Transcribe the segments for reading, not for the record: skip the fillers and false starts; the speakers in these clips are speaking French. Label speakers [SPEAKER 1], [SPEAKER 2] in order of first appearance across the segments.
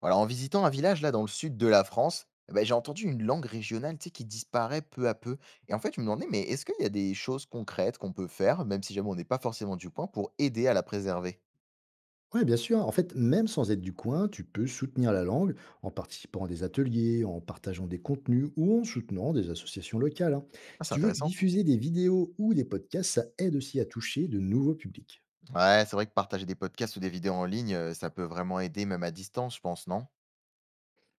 [SPEAKER 1] Voilà, en visitant un village là dans le sud de la France, bah, j'ai entendu une langue régionale tu sais, qui disparaît peu à peu. Et en fait, je me demandais, mais est-ce qu'il y a des choses concrètes qu'on peut faire, même si jamais on n'est pas forcément du coin, pour aider à la préserver?
[SPEAKER 2] Ouais, bien sûr. En fait, même sans être du coin, tu peux soutenir la langue en participant à des ateliers, en partageant des contenus ou en soutenant des associations locales, hein.
[SPEAKER 1] Ah,
[SPEAKER 2] Si
[SPEAKER 1] c'est
[SPEAKER 2] tu veux
[SPEAKER 1] intéressant.
[SPEAKER 2] diffuser des vidéos ou des podcasts, ça aide aussi à toucher de nouveaux publics.
[SPEAKER 1] Ouais, c'est vrai que partager des podcasts ou des vidéos en ligne, ça peut vraiment aider, même à distance, je pense, non?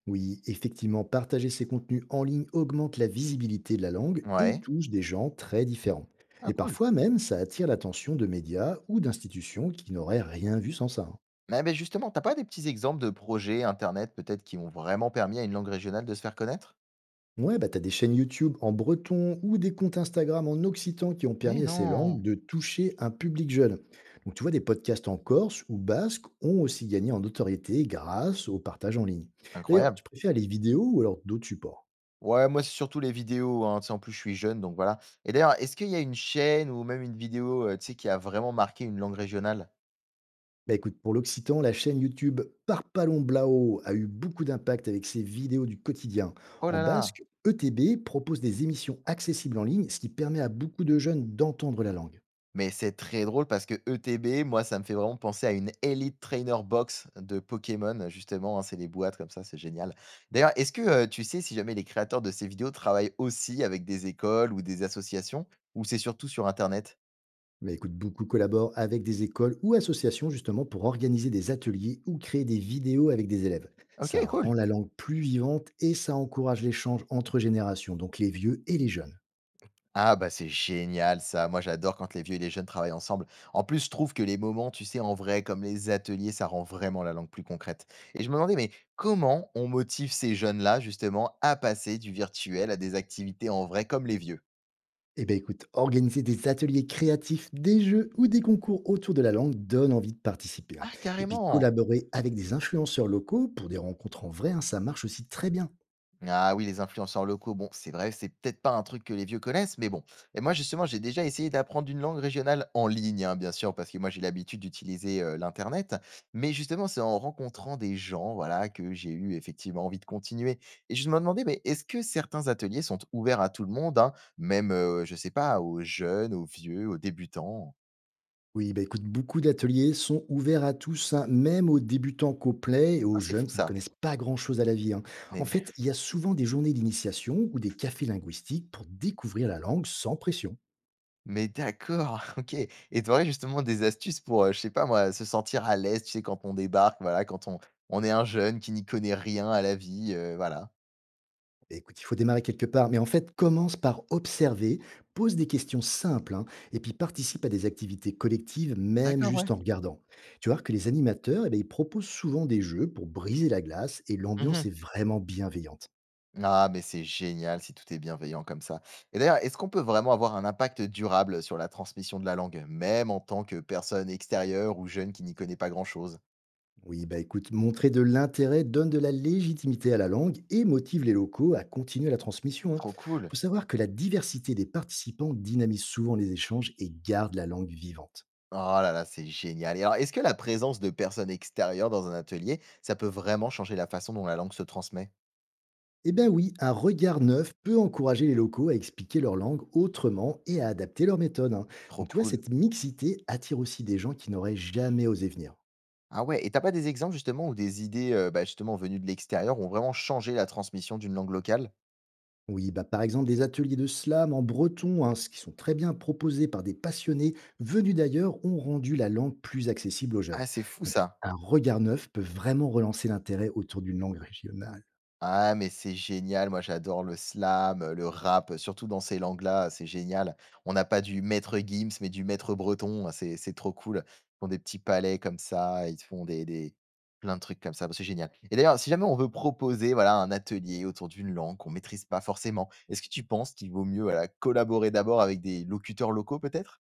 [SPEAKER 2] Oui, effectivement, partager ces contenus en ligne augmente la visibilité de la langue et
[SPEAKER 1] Ouais.
[SPEAKER 2] touche des gens très différents.
[SPEAKER 1] Ah,
[SPEAKER 2] Et
[SPEAKER 1] cool.
[SPEAKER 2] parfois même, ça attire l'attention de médias ou d'institutions qui n'auraient rien vu sans ça, hein.
[SPEAKER 1] Mais ben justement, t'as pas des petits exemples de projets internet peut-être qui ont vraiment permis à une langue régionale de se faire connaître?
[SPEAKER 2] Ouais, bah, tu as des chaînes YouTube en breton ou des comptes Instagram en occitan qui ont
[SPEAKER 1] Mais
[SPEAKER 2] permis à ces
[SPEAKER 1] non,
[SPEAKER 2] langues de toucher un public jeune. Donc, tu vois, des podcasts en corse ou basque ont aussi gagné en notoriété grâce au partage en ligne. D'ailleurs, tu
[SPEAKER 1] incroyable.
[SPEAKER 2] préfères les vidéos ou alors d'autres supports?
[SPEAKER 1] Ouais, moi, c'est surtout les vidéos, hein, tu sais, en plus, je suis jeune, donc voilà. Et d'ailleurs, est-ce qu'il y a une chaîne ou même une vidéo, tu sais, qui a vraiment marqué une langue régionale?
[SPEAKER 2] Bah écoute, pour l'occitan, la chaîne YouTube Parpalon Blao a eu beaucoup d'impact avec ses vidéos du quotidien.
[SPEAKER 1] Oh
[SPEAKER 2] En
[SPEAKER 1] là là!
[SPEAKER 2] basque, ETB propose des émissions accessibles en ligne, ce qui permet à beaucoup de jeunes d'entendre la langue.
[SPEAKER 1] Mais c'est très drôle parce que ETB, moi, ça me fait vraiment penser à une Elite Trainer Box de Pokémon, justement, hein, c'est les boîtes comme ça, c'est génial. D'ailleurs, est-ce que, tu sais si jamais les créateurs de ces vidéos travaillent aussi avec des écoles ou des associations ou c'est surtout sur internet?
[SPEAKER 2] Bah, écoute, beaucoup collaborent avec des écoles ou associations justement pour organiser des ateliers ou créer des vidéos avec des élèves. Ça
[SPEAKER 1] OK, cool.
[SPEAKER 2] rend la langue plus vivante et ça encourage l'échange entre générations, donc les vieux et les jeunes.
[SPEAKER 1] Ah bah c'est génial ça, moi j'adore quand les vieux et les jeunes travaillent ensemble. En plus, je trouve que les moments, tu sais, en vrai, comme les ateliers, ça rend vraiment la langue plus concrète. Et je me demandais, mais comment on motive ces jeunes-là justement à passer du virtuel à des activités en vrai comme les vieux.
[SPEAKER 2] Eh bien écoute, organiser des ateliers créatifs, des jeux ou des concours autour de la langue donne envie de participer, hein.
[SPEAKER 1] Ah
[SPEAKER 2] Et puis
[SPEAKER 1] carrément.
[SPEAKER 2] collaborer avec des influenceurs locaux pour des rencontres en vrai, hein, ça marche aussi très bien.
[SPEAKER 1] Ah oui, les influenceurs locaux, bon, c'est vrai, c'est peut-être pas un truc que les vieux connaissent, mais bon. Et moi, justement, j'ai déjà essayé d'apprendre une langue régionale en ligne, hein, bien sûr, parce que moi, j'ai l'habitude d'utiliser l'Internet. Mais justement, c'est en rencontrant des gens, voilà, que j'ai eu effectivement envie de continuer. Et je me demandais, mais est-ce que certains ateliers sont ouverts à tout le monde, hein, même, je sais pas, aux jeunes, aux vieux, aux débutants?
[SPEAKER 2] Oui, bah, écoute, beaucoup d'ateliers sont ouverts à tous, hein, même aux débutants complets et aux
[SPEAKER 1] Ah, c'est
[SPEAKER 2] jeunes
[SPEAKER 1] fou
[SPEAKER 2] qui ne
[SPEAKER 1] ça.
[SPEAKER 2] connaissent pas grand-chose à la vie, hein. En
[SPEAKER 1] Mais
[SPEAKER 2] fait, il y a souvent des journées d'initiation ou des cafés linguistiques pour découvrir la langue sans pression.
[SPEAKER 1] Mais d'accord, OK et tu aurais justement des astuces pour, je sais pas moi, se sentir à l'aise, tu sais, quand on débarque, voilà, quand on est un jeune qui n'y connaît rien à la vie, voilà.
[SPEAKER 2] Et écoute, il faut démarrer quelque part, mais en fait, commence par observer, pose des questions simples, hein, et puis participe à des activités collectives, même
[SPEAKER 1] D'accord, ouais.
[SPEAKER 2] juste en regardant. Tu vois que les animateurs, eh ben, ils proposent souvent des jeux pour briser la glace et l'ambiance
[SPEAKER 1] Mmh.
[SPEAKER 2] est vraiment bienveillante.
[SPEAKER 1] Ah, mais c'est génial si tout est bienveillant comme ça. Et d'ailleurs, est-ce qu'on peut vraiment avoir un impact durable sur la transmission de la langue, même en tant que personne extérieure ou jeune qui n'y connaît pas grand-chose?
[SPEAKER 2] Oui, bah écoute, montrer de l'intérêt donne de la légitimité à la langue et motive les locaux à continuer la transmission. Il
[SPEAKER 1] Trop cool.
[SPEAKER 2] faut savoir que la diversité des participants dynamise souvent les échanges et garde la langue vivante.
[SPEAKER 1] Oh là là, c'est génial et alors, est-ce que la présence de personnes extérieures dans un atelier, ça peut vraiment changer la façon dont la langue se transmet?
[SPEAKER 2] Eh bien oui, un regard neuf peut encourager les locaux à expliquer leur langue autrement et à adapter leur méthode, hein.
[SPEAKER 1] Trop
[SPEAKER 2] Donc tu vois,
[SPEAKER 1] cool.
[SPEAKER 2] cette mixité attire aussi des gens qui n'auraient jamais osé venir.
[SPEAKER 1] Ah ouais, et t'as pas des exemples justement où des idées, bah, justement venues de l'extérieur ont vraiment changé la transmission d'une langue locale?
[SPEAKER 2] Oui, bah par exemple des ateliers de slam en breton, hein, ce qui sont très bien proposés par des passionnés venus d'ailleurs, ont rendu la langue plus accessible aux jeunes.
[SPEAKER 1] Ah, c'est fou
[SPEAKER 2] Donc
[SPEAKER 1] ça!
[SPEAKER 2] un regard neuf peut vraiment relancer l'intérêt autour d'une langue régionale.
[SPEAKER 1] Ah mais c'est génial, moi j'adore le slam, le rap, surtout dans ces langues-là, c'est génial. On n'a pas du maître Gims, mais du maître breton, c'est trop cool. Ils font des petits palais comme ça, ils te font des plein de trucs comme ça, bah, c'est génial. Et d'ailleurs, si jamais on veut proposer, voilà, un atelier autour d'une langue qu'on maîtrise pas forcément, est-ce que tu penses qu'il vaut mieux, voilà, collaborer d'abord avec des locuteurs locaux peut-être?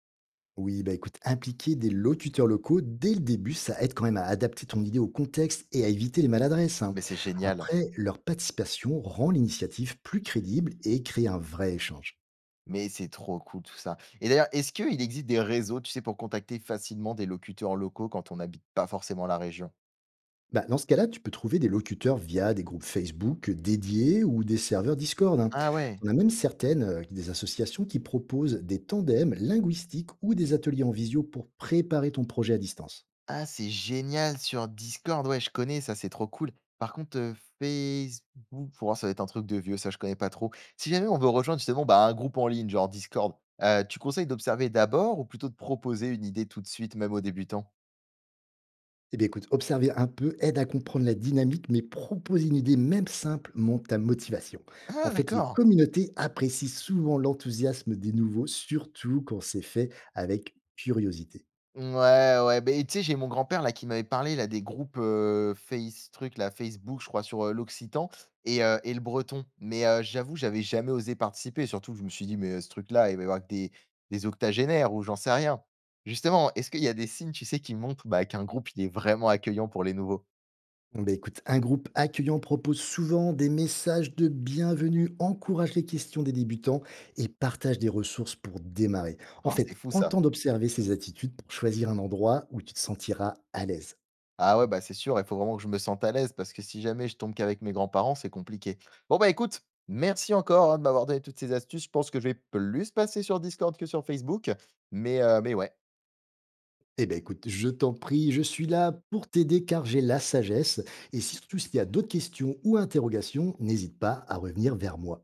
[SPEAKER 2] Oui, bah écoute, impliquer des locuteurs locaux dès le début, ça aide quand même à adapter ton idée au contexte et à éviter les maladresses, hein.
[SPEAKER 1] Mais c'est génial.
[SPEAKER 2] Après, leur participation rend l'initiative plus crédible et crée un vrai échange.
[SPEAKER 1] Mais c'est trop cool tout ça. Et d'ailleurs, est-ce qu'il existe des réseaux, tu sais, pour contacter facilement des locuteurs locaux quand on n'habite pas forcément la région?
[SPEAKER 2] Bah, dans ce cas-là, tu peux trouver des locuteurs via des groupes Facebook dédiés ou des serveurs Discord, hein.
[SPEAKER 1] Ah ouais.
[SPEAKER 2] On a même certaines des associations qui proposent des tandems linguistiques ou des ateliers en visio pour préparer ton projet à distance.
[SPEAKER 1] Ah, c'est génial sur Discord, ouais, je connais ça, c'est trop cool. Par contre, Facebook, pour moi, ça va être un truc de vieux, ça, je connais pas trop. Si jamais on veut rejoindre justement, bah, un groupe en ligne, genre Discord, tu conseilles d'observer d'abord ou plutôt de proposer une idée tout de suite, même aux débutants?
[SPEAKER 2] Eh bien écoute, observer un peu aide à comprendre la dynamique, mais propose une idée même simple monte ta motivation. En
[SPEAKER 1] Ah
[SPEAKER 2] fait, les
[SPEAKER 1] d'accord!
[SPEAKER 2] communautés apprécient souvent l'enthousiasme des nouveaux, surtout quand c'est fait avec curiosité.
[SPEAKER 1] Ouais, ouais, beh, tu sais, j'ai mon grand-père là qui m'avait parlé là des groupes, face truc là, Facebook je crois sur, l'occitan et le breton. Mais j'avoue, j'avais jamais osé participer, surtout que je me suis dit: «Mais ce truc-là, il va y avoir que des octogénaires ou j'en sais rien». Justement, est-ce qu'il y a des signes, tu sais, qui montrent, bah, qu'un groupe, il est vraiment accueillant pour les nouveaux?
[SPEAKER 2] Bon, bah, écoute, un groupe accueillant propose souvent des messages de bienvenue, encourage les questions des débutants et partage des ressources pour démarrer. En
[SPEAKER 1] Ah, c'est
[SPEAKER 2] fait,
[SPEAKER 1] fou
[SPEAKER 2] prends le
[SPEAKER 1] ça.
[SPEAKER 2] temps d'observer ces attitudes pour choisir un endroit où tu te sentiras à l'aise.
[SPEAKER 1] Ah ouais, bah, c'est sûr, il faut vraiment que je me sente à l'aise parce que si jamais je tombe qu'avec mes grands-parents, c'est compliqué. Bon, bah, écoute, merci encore, hein, de m'avoir donné toutes ces astuces. Je pense que je vais plus passer sur Discord que sur Facebook, mais ouais.
[SPEAKER 2] Eh ben écoute, je t'en prie, je suis là pour t'aider car j'ai la sagesse. Surtout s'il y a d'autres questions ou interrogations, n'hésite pas à revenir vers moi.